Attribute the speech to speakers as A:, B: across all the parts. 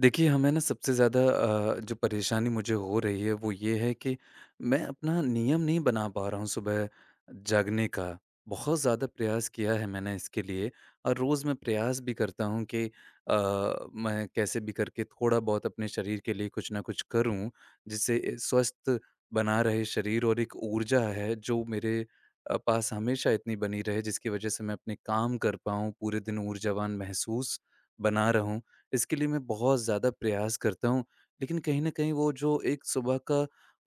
A: देखिए, हमें ना सबसे ज़्यादा जो परेशानी मुझे हो रही है, वो ये है कि मैं अपना नियम नहीं बना पा रहा हूँ सुबह जागने का। बहुत ज़्यादा प्रयास किया है मैंने इसके लिए और रोज़ मैं प्रयास भी करता हूँ कि मैं कैसे भी करके थोड़ा-बहुत अपने शरीर के लिए कुछ ना कुछ करूँ, जिससे ए स्वस्थ बना रहे शरीर और एक ऊर्जा है जो मेरे पास हमेशा इतनी बनी रहे, जिसकी वजह से मैं अपने काम कर पाऊँ, पूरे दिन ऊर्जावान महसूस बना रहूँ। इसके लिए मैं बहुत ज़्यादा प्रयास करता हूँ, लेकिन कहीं न कहीं वो जो एक सुबह का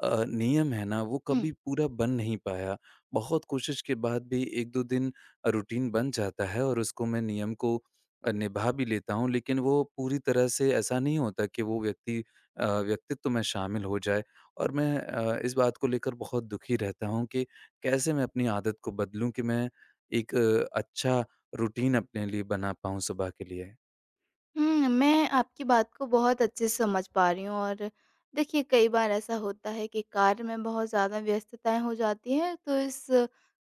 A: नियम है ना, वो
B: हुँ।
A: कभी पूरा बन नहीं पाया। बहुत कोशिश के बाद भी 1-2 दिन रूटीन बन जाता है और उसको मैं नियम को निभा भी लेता हूँ, लेकिन वो पूरी तरह से ऐसा नहीं होता कि वो व्यक्तित्व में शामिल हो जाए और मैं इस बात को लेकर बहुत दुखी रहता हूँ कि कैसे मैं अपनी आदत को बदलूँ कि मैं एक अच्छा रूटीन अपने लिए बना पाऊँ सुबह के लिए।
B: मैं आपकी बात को बहुत अच्छे से समझ पा रही हूँ और देखिए कई बार ऐसा होता है कि कार्य में बहुत ज़्यादा व्यस्तताएँ हो जाती हैं, तो इस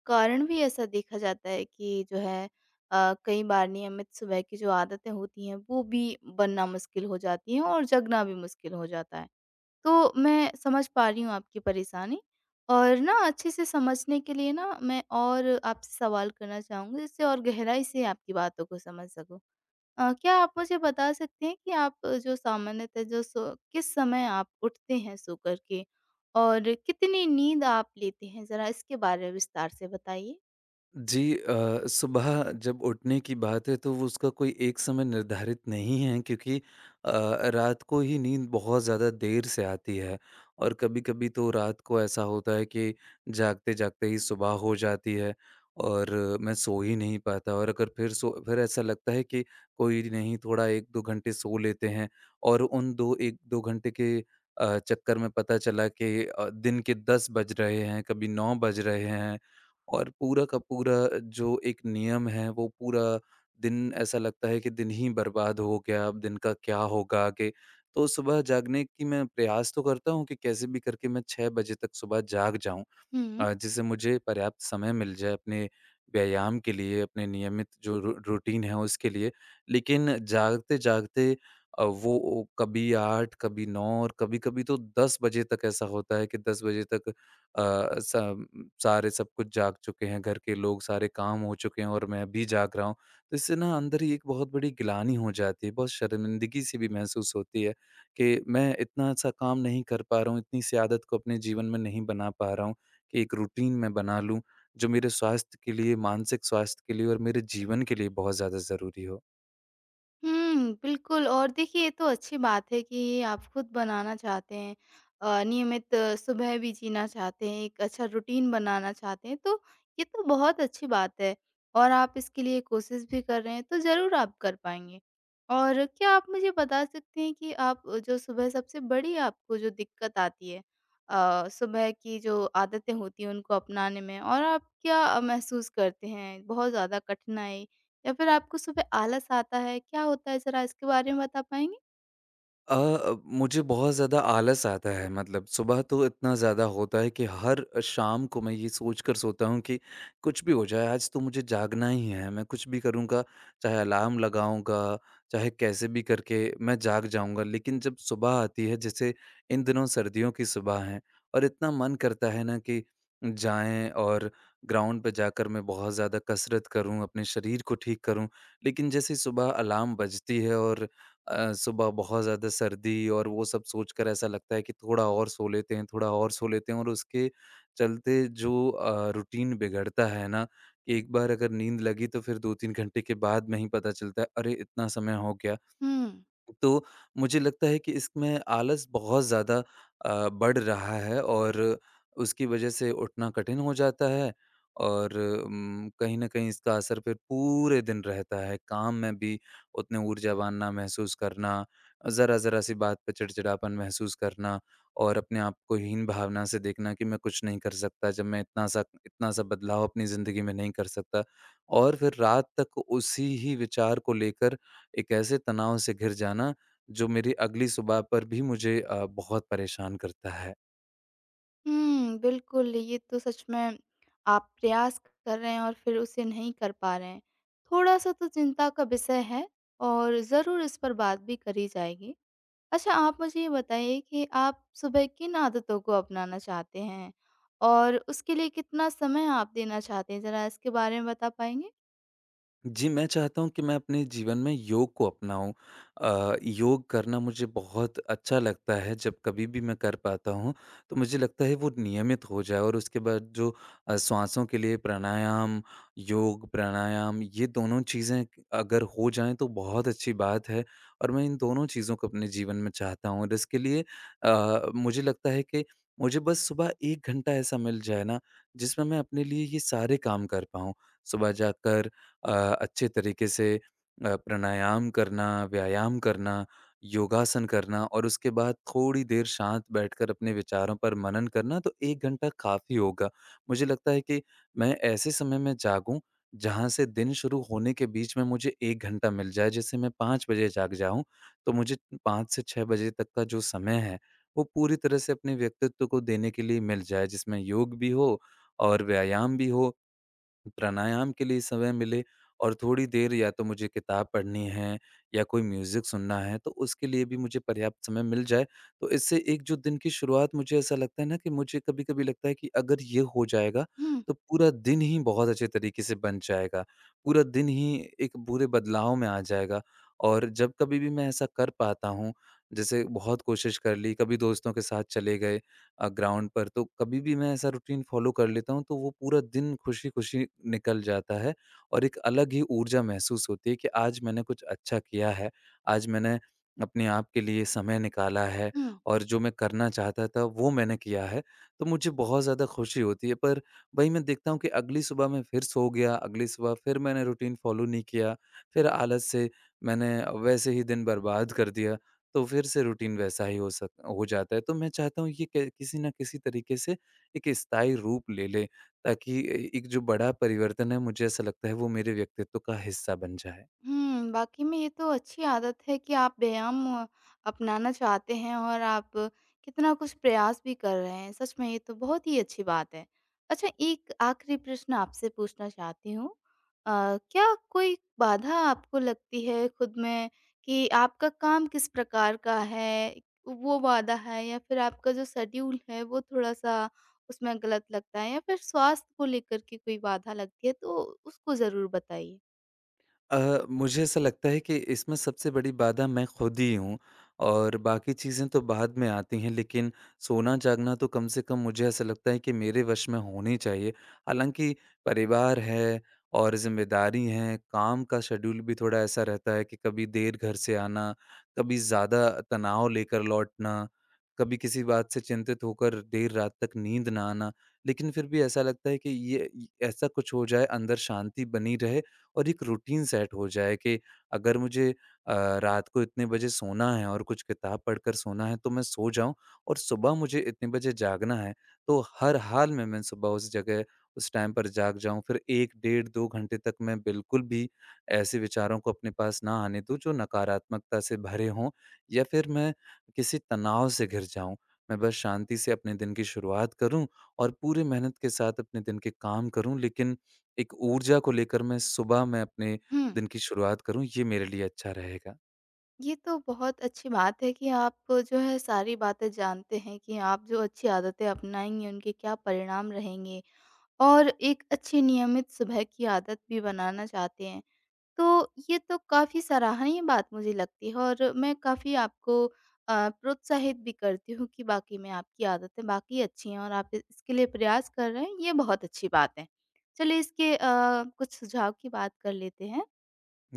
B: कारण भी ऐसा देखा जाता है कि जो है कई बार नियमित सुबह की जो आदतें होती हैं, वो भी बनना मुश्किल हो जाती हैं और जगना भी मुश्किल हो जाता है। तो मैं समझ पा रही हूँ आपकी परेशानी, और ना अच्छे से समझने के लिए ना मैं और आपसे सवाल करना चाहूँगी, जिससे और गहराई से आपकी बातों को समझ सकूँ। क्या आप मुझे बता सकते हैं कि आप जो सामान्यतः जो सो किस समय आप उठते हैं सो कर के? और कितनी नींद आप लेते हैं? ज़रा इसके बारे में विस्तार से बताइए।
A: जी सुबह जब उठने की बात है तो वो उसका कोई एक समय निर्धारित नहीं है, क्योंकि अ, रात को ही नींद बहुत ज़्यादा देर से आती है और कभी-कभी तो रात को ऐसा होता है कि जागते-जागते ही सुबह हो जाती है और मैं सो ही नहीं पाता, और अगर फिर ऐसा लगता है कि कोई नहीं, थोड़ा 1-2 घंटे सो लेते हैं, और उन दो 1-2 घंटे के चक्कर में पता चला कि दिन के 10 बज रहे हैं, कभी 9 बज रहे हैं, और पूरा का पूरा जो एक नियम है, वो पूरा दिन ऐसा लगता है कि दिन ही बर्बाद हो गया, अब दिन का क्या होगा आगे? तो सुबह जागने की मैं प्रयास तो करता हूँ कि कैसे भी करके मैं 6 बजे तक सुबह जाग जाऊँ।
B: हुँ।
A: जिससे मुझे पर्याप्त समय मिल जाए अपने व्यायाम के लिए, अपने नियमित जो रू रूटीन है उसके लिए। लेकिन जागते-जागते वो ओ कभी 8, कभी 9 और कभी-कभी तो 10 बजे तक ऐसा होता है कि 10 बजे तक सब कुछ जाग चुके हैं, घर के लोग सारे काम हो चुके हैं और मैं भी जाग रहा हूँ। तो इससे ना अंदर ही एक बहुत बड़ी ग्लानि हो जाती है, बहुत शर्मिंदगी-सी भी महसूस होती है कि मैं इतना-सा काम नहीं कर पा रहा हूँ, इतनी-सी आदत को अपने जीवन में नहीं बना पा रहा हूँ। कि एक रूटीन मैं बना लूँ, जो मेरे स्वास्थ्य के लिए, मानसिक स्वास्थ्य के लिए और मेरे जीवन के लिए बहुत ज़्यादा ज़रूरी हो।
B: बिल्कुल, और देखिए ये तो अच्छी बात है कि आप खुद बनाना चाहते हैं, नियमित सुबह भी जीना चाहते हैं, एक अच्छा रूटीन बनाना चाहते हैं, तो ये तो बहुत अच्छी बात है और आप इसके लिए कोशिश भी कर रहे हैं, तो ज़रूर आप कर पाएँगे। और क्या आप मुझे बता सकते हैं कि आप जो सुबह सबसे बड़ी आपको जो दिक्कत आती है, सुबह की जो आदतें होती हैं उनको अपनाने में, और आप क्या महसूस करते हैं? बहुत ज़्यादा कठिनाई या फिर आपको सुबह आलस आता है, क्या होता है, ज़रा इसके बारे में बता पाएँगी?
A: मुझे बहुत ज़्यादा आलस आता है, मतलब सुबह तो इतना ज़्यादा होता है कि हर शाम को मैं ये सोच कर सोता हूँ कि कुछ भी हो जाए, आज तो मुझे जागना ही है, मैं कुछ भी करूँगा, चाहे अलार्म लगाऊँगा, चाहे कैसे भी करके मैं जाग जाऊँगा। लेकिन जब सुबह आती है, जैसे इन दिनों सर्दियों की सुबह है, और इतना मन करता है ना कि जाएं और ग्राउंड पे जाकर मैं बहुत ज़्यादा कसरत करूं, अपने शरीर को ठीक करूं। लेकिन जैसे सुबह अलार्म बजती है और सुबह बहुत ज़्यादा सर्दी, और वो सब सोचकर ऐसा लगता है कि थोड़ा और सो लेते हैं, थोड़ा और सो लेते हैं, और उसके चलते जो रूटीन बिगड़ता है ना, कि एक बार अगर नींद लगी तो फिर 2-3 घंटे के बाद में ही पता चलता है, अरे! इतना समय हो गया।
B: हुँ।
A: तो मुझे लगता है कि इसमें आलस बहुत ज़्यादा बढ़ रहा है और उसकी वजह से उठना कठिन हो जाता है, और कहीं न कहीं इसका असर फिर पूरे दिन रहता है। काम में भी उतने ऊर्जावान ना महसूस करना, ज़रा-ज़रा सी बात पे चिड़चिड़ापन महसूस करना, और अपने आप को हीन भावना से देखना कि मैं कुछ नहीं कर सकता, जब मैं इतना-सा इतना-सा बदलाव अपनी ज़िंदगी में नहीं कर सकता, और फिर रात तक उसी ही विचार को लेकर एक ऐसे तनाव से घिर जाना, जो मेरी अगली सुबह पर भी मुझे बहुत परेशान करता है।
B: बिल्कुल, ये तो सच में आप प्रयास कर रहे हैं और फिर उसे नहीं कर पा रहे हैं। थोड़ा-सा तो चिंता का विषय है और ज़रूर इस पर बात भी करी जाएगी। अच्छा, आप मुझे ये बताइए कि आप सुबह किन आदतों को अपनाना चाहते हैं? और उसके लिए कितना समय आप देना चाहते हैं? ज़रा इसके बारे में बता पाएँगे?
A: जी, मैं चाहता हूँ कि मैं अपने जीवन में योग को अपनाऊँ। योग करना मुझे बहुत अच्छा लगता है, जब कभी भी मैं कर पाता हूँ, तो मुझे लगता है वो नियमित हो जाए, और उसके बाद जो श्वासों के लिए प्राणायाम, योग, प्राणायाम, ये दोनों चीज़ें अगर हो जाएँ तो बहुत अच्छी बात है, और मैं इन दोनों चीज़ों को अपने जीवन में चाहता हूँ, और इसके लिए मुझे लगता है कि मुझे बस सुबह 1 घंटा ऐसा मिल जाए ना, जिसमें मैं अपने लिए ये सारे काम कर पाऊँ। सुबह जाकर अ, अच्छे तरीके से प्राणायाम करना, व्यायाम करना, योगासन करना, और उसके बाद थोड़ी देर शांत बैठकर अपने विचारों पर मनन करना, तो 1 घंटा काफ़ी होगा। मुझे लगता है कि मैं ऐसे समय में जागूँ, जहाँ से दिन शुरू होने के बीच में मुझे 1 घंटा मिल जाए। जैसे मैं 5 बजे जाग जाऊँ, तो मुझे 5 से 6 बजे तक का जो समय है, वो पूरी तरह से अपने व्यक्तित्व को देने के लिए मिल जाए, जिसमें योग भी हो और व्यायाम भी हो, प्राणायाम के लिए समय मिले, और थोड़ी देर या तो मुझे किताब पढ़नी है या कोई म्यूज़िक सुनना है, तो उसके लिए भी मुझे पर्याप्त समय मिल जाए। तो इससे एक जो दिन की शुरुआत, मुझे ऐसा लगता है ना कि मुझे कभी-कभी लगता है कि अगर ये हो जाएगा,
B: हुँ,
A: तो पूरा दिन ही बहुत अच्छे तरीके से बन जाएगा। पूरा दिन ही एक बुरे बदलाव में आ जाएगा। और जब कभी भी मैं ऐसा कर पाता हूँ, जैसे बहुत कोशिश कर ली, कभी दोस्तों के साथ चले गए ग्राउंड पर, तो कभी भी मैं ऐसा रूटीन फ़ॉलो कर लेता हूँ, तो वो पूरा दिन खुशी-खुशी निकल जाता है, और एक अलग ही ऊर्जा महसूस होती है कि आज मैंने कुछ अच्छा किया है। आज मैंने अपने आप के लिए समय निकाला है,
B: हुँ।
A: और जो मैं करना चाहता था वो मैंने किया है। तो मुझे बहुत ज़्यादा खुशी होती है, पर वही मैं देखता हूँ कि अगली सुबह मैं फिर सो गया, अगली सुबह फिर मैंने रूटीन फ़ॉलो नहीं किया, फिर आलस से मैंने वैसे ही दिन बर्बाद कर दिया। तो फिर से रूटीन वैसा ही हो जाता है। तो मैं चाहता हूँ, ये क किसी न किसी तरीके से एक स्थायी रूप ले ले, ताकि ए एक जो बड़ा परिवर्तन है, मुझे ऐसा लगता है, वो मेरे व्यक्तित्व का हिस्सा बन जाए।
B: वाक़ई में ये तो अच्छी आदत है कि आप व्यायाम अपनाना चाहते हैं, और आप कितना कुछ प्रयास भी कर रहे हैं। सच में ये तो बहुत ही अच्छी बात है। अच्छा, एक आखिरी प्रश्न आपसे पूछना चाहती हूँ। क्या कोई बाधा आपको लगती है खुद में कि आपका काम किस प्रकार का है, वो बाधा है, या फिर आपका जो शेड्यूल है वो थोड़ा-सा उसमें गलत लगता है, या फिर स्वास्थ्य को लेकर के कोई बाधा लगती है, तो उसको ज़रूर बताइए?
A: मुझे ऐसा लगता है कि इसमें सबसे बड़ी बाधा मैं खुद ही हूँ, और बाकी चीज़ें तो बाद में आती हैं, लेकिन सोना-जागना तो कम से कम मुझे ऐसा लगता है कि मेरे वश में होनी चाहिए। हालाँकि परिवार है और ज़िम्मेदारी है, काम का शेड्यूल भी थोड़ा ऐसा रहता है कि कभी देर घर से आना, कभी ज़्यादा तनाव लेकर लौटना, कभी किसी बात से चिंतित होकर देर रात तक नींद ना आना। लेकिन फिर भी ऐसा लगता है कि ये इ ऐसा कुछ हो जाए, अंदर शांति बनी रहे, और एक रूटीन सेट हो जाए, कि अगर मुझे अ, रात को इतने बजे सोना है और कुछ किताब पढ़कर सोना है तो मैं सो जाऊँ, और सुबह मुझे इतने बजे जागना है तो हर हाल में मैं सुबह उस टाइम पर जाग जाऊँ। फिर 1 डेढ़ 2 घंटे तक मैं बिल्कुल भी ऐसे विचारों को अपने पास ना आने दूँ जो नकारात्मकता से भरे हों, या फिर मैं किसी तनाव से घिर जाऊँ। मैं बस शांति से अपने दिन की शुरुआत करूँ, और पूरी मेहनत के साथ अपने दिन के काम करूँ, लेकिन एक ऊर्जा को लेकर मैं सुबह में अपने
B: हुँ।
A: दिन की शुरुआत करूँ, ये मेरे लिए अच्छा रहेगा।
B: ये तो बहुत अच्छी बात है कि आप जो है सारी बातें जानते हैं कि आप जो अच्छी आदतें अपनाएंगे उनके क्या परिणाम रहेंगे, और एक अच्छी नियमित सुबह की आदत भी बनाना चाहते हैं। तो ये तो काफ़ी सराहनीय बात मुझे लगती है, और मैं काफ़ी आपको प्रोत्साहित भी करती हूँ कि वाक़ई में आपकी आदतें वाक़ई अच्छी हैं और आप इ इसके लिए प्रयास कर रहे हैं, ये बहुत अच्छी बात है। चलिए इसके कुछ सुझाव की बात कर लेते हैं।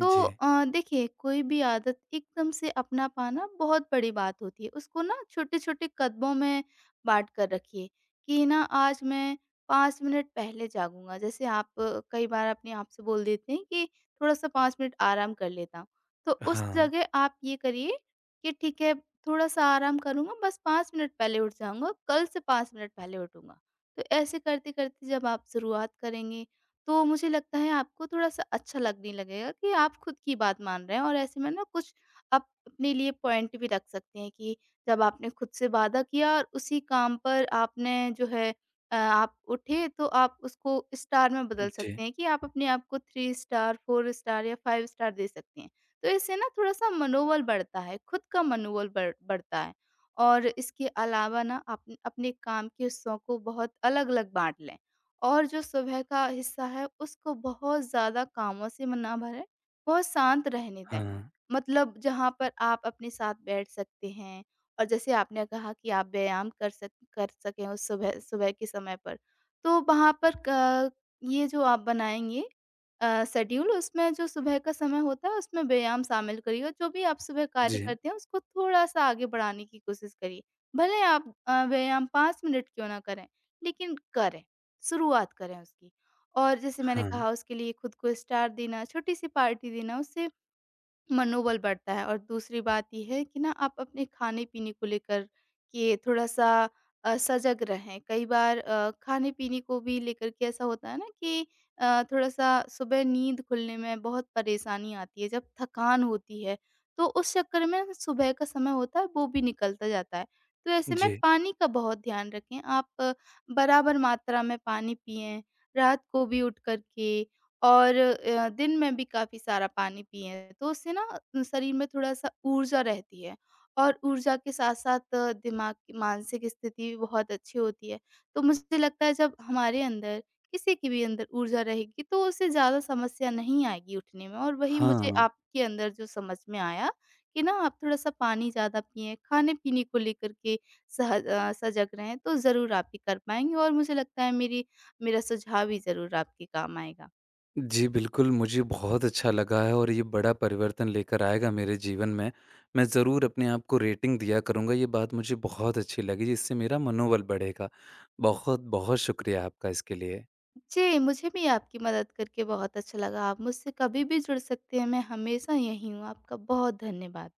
B: तो
A: जी।
B: देखिए, कोई भी आदत एकदम से अपना पाना बहुत बड़ी बात होती है। उसको ना छोटे-छोटे कदमों में बाँट कर रखिए कि ना आज मैं 5 मिनट पहले जागूँगा। जैसे आप कई बार अपने आप से बोल देते हैं कि थोड़ा-सा 5 मिनट आराम कर लेता हूँ। तो उस
A: हाँ।
B: जगह आप ये करिए कि ठीक है, थोड़ा-सा आराम करूँगा, बस 5 मिनट पहले उठ जाऊँगा, कल से 5 मिनट पहले उठूँगा। तो ऐसे करते-करते जब आप शुरुआत करेंगे, तो मुझे लगता है आपको थोड़ा-सा अच्छा लगने लगेगा कि आप खुद की बात मान रहे हैं, और ऐसे में ना कुछ आप अपने लिए पॉइंट भी रख सकते हैं कि जब आपने खुद से वादा किया और उसी काम पर आपने जो है आप उठे, तो आप उसको स्टार में बदल
A: जी।
B: सकते हैं कि आप अपने आप को 3 स्टार, 4 स्टार या 5 स्टार दे सकते हैं। तो इससे ना थोड़ा-सा मनोबल बढ़ता है, खुद का मनोबल बढ़ता है, और इसके अलावा ना आप अपने काम के हिस्सों को बहुत अलग-अलग बाँट लें। और जो सुबह का हिस्सा है उसको बहुत ज़्यादा कामों से म ना भरें, बहुत शांत रहने दें।
A: हाँ।
B: मतलब जहाँ पर आप अपने साथ बैठ सकते हैं, और जैसे आपने कहा कि आप व्यायाम कर सकें उस सुबह सुबह के समय पर। तो वहाँ पर क ये जो आप बनाएँगे शेड्यूल, उसमें जो सुबह का समय होता है उसमें व्यायाम शामिल करिए, और जो भी आप सुबह कार्य
A: जी।
B: करते हैं उसको थोड़ा-सा आगे बढ़ाने की कोशिश करिए। भले आप व्यायाम 5 मिनट क्यों ना करें, लेकिन करें। शुरुआत करें उसकी। और जैसे मैंने
A: हाँ।
B: कहा, उसके लिए खुद को स्टार देना, छोटी-सी पार्टी देना, उससे मनोबल बढ़ता है। और दूसरी बात ये है कि ना आप अपने खाने-पीने को लेकर के थोड़ा-सा सजग रहें। कई बार खाने-पीने को भी लेकर के ऐसा होता है ना कि थोड़ा-सा सुबह नींद खुलने में बहुत परेशानी आती है, जब थकान होती है, तो उस चक्कर में सुबह का समय होता है वो भी निकलता जाता है। तो ऐसे में
A: जी।
B: पानी का बहुत ध्यान रखें, आप बराबर मात्रा में पानी पिएँ, रात को भी उठ कर के और दिन में भी काफ़ी सारा पानी पिएँ, तो उससे ना शरीर में थोड़ा-सा ऊर्जा रहती है, और ऊर्जा के साथ-साथ दिमाग की मानसिक स्थिति भी बहुत अच्छी होती है। तो मुझे लगता है जब हमारे अंदर, किसी के भी अंदर ऊर्जा रहेगी, तो उसे ज़्यादा समस्या नहीं आएगी उठने में, और वही मुझे
A: हाँ।
B: आपके अंदर जो समझ में आया कि ना आप थोड़ा-सा पानी ज़्यादा पिएँ, खाने-पीने को लेकर के सजग रहें, तो ज़रूर आप ये कर पाएँगे। और मुझे लगता है मेरी मेरा सुझाव भी ज़रूर आपके काम आएगा।
A: जी, बिल्कुल, मुझे बहुत अच्छा लगा है, और ये बड़ा परिवर्तन लेकर आएगा मेरे जीवन में। मैं ज़रूर अपने आप को रेटिंग दिया करूँगा, ये बात मुझे बहुत अच्छी लगी, जिससे मेरा मनोबल बढ़ेगा। बहुत-बहुत शुक्रिया आपका इसके लिए।
B: जी, मुझे भी आपकी मदद करके बहुत अच्छा लगा। आप मुझसे कभी भी जुड़ सकते हैं, मैं हमेशा यहीं हूँ। आपका बहुत धन्यवाद।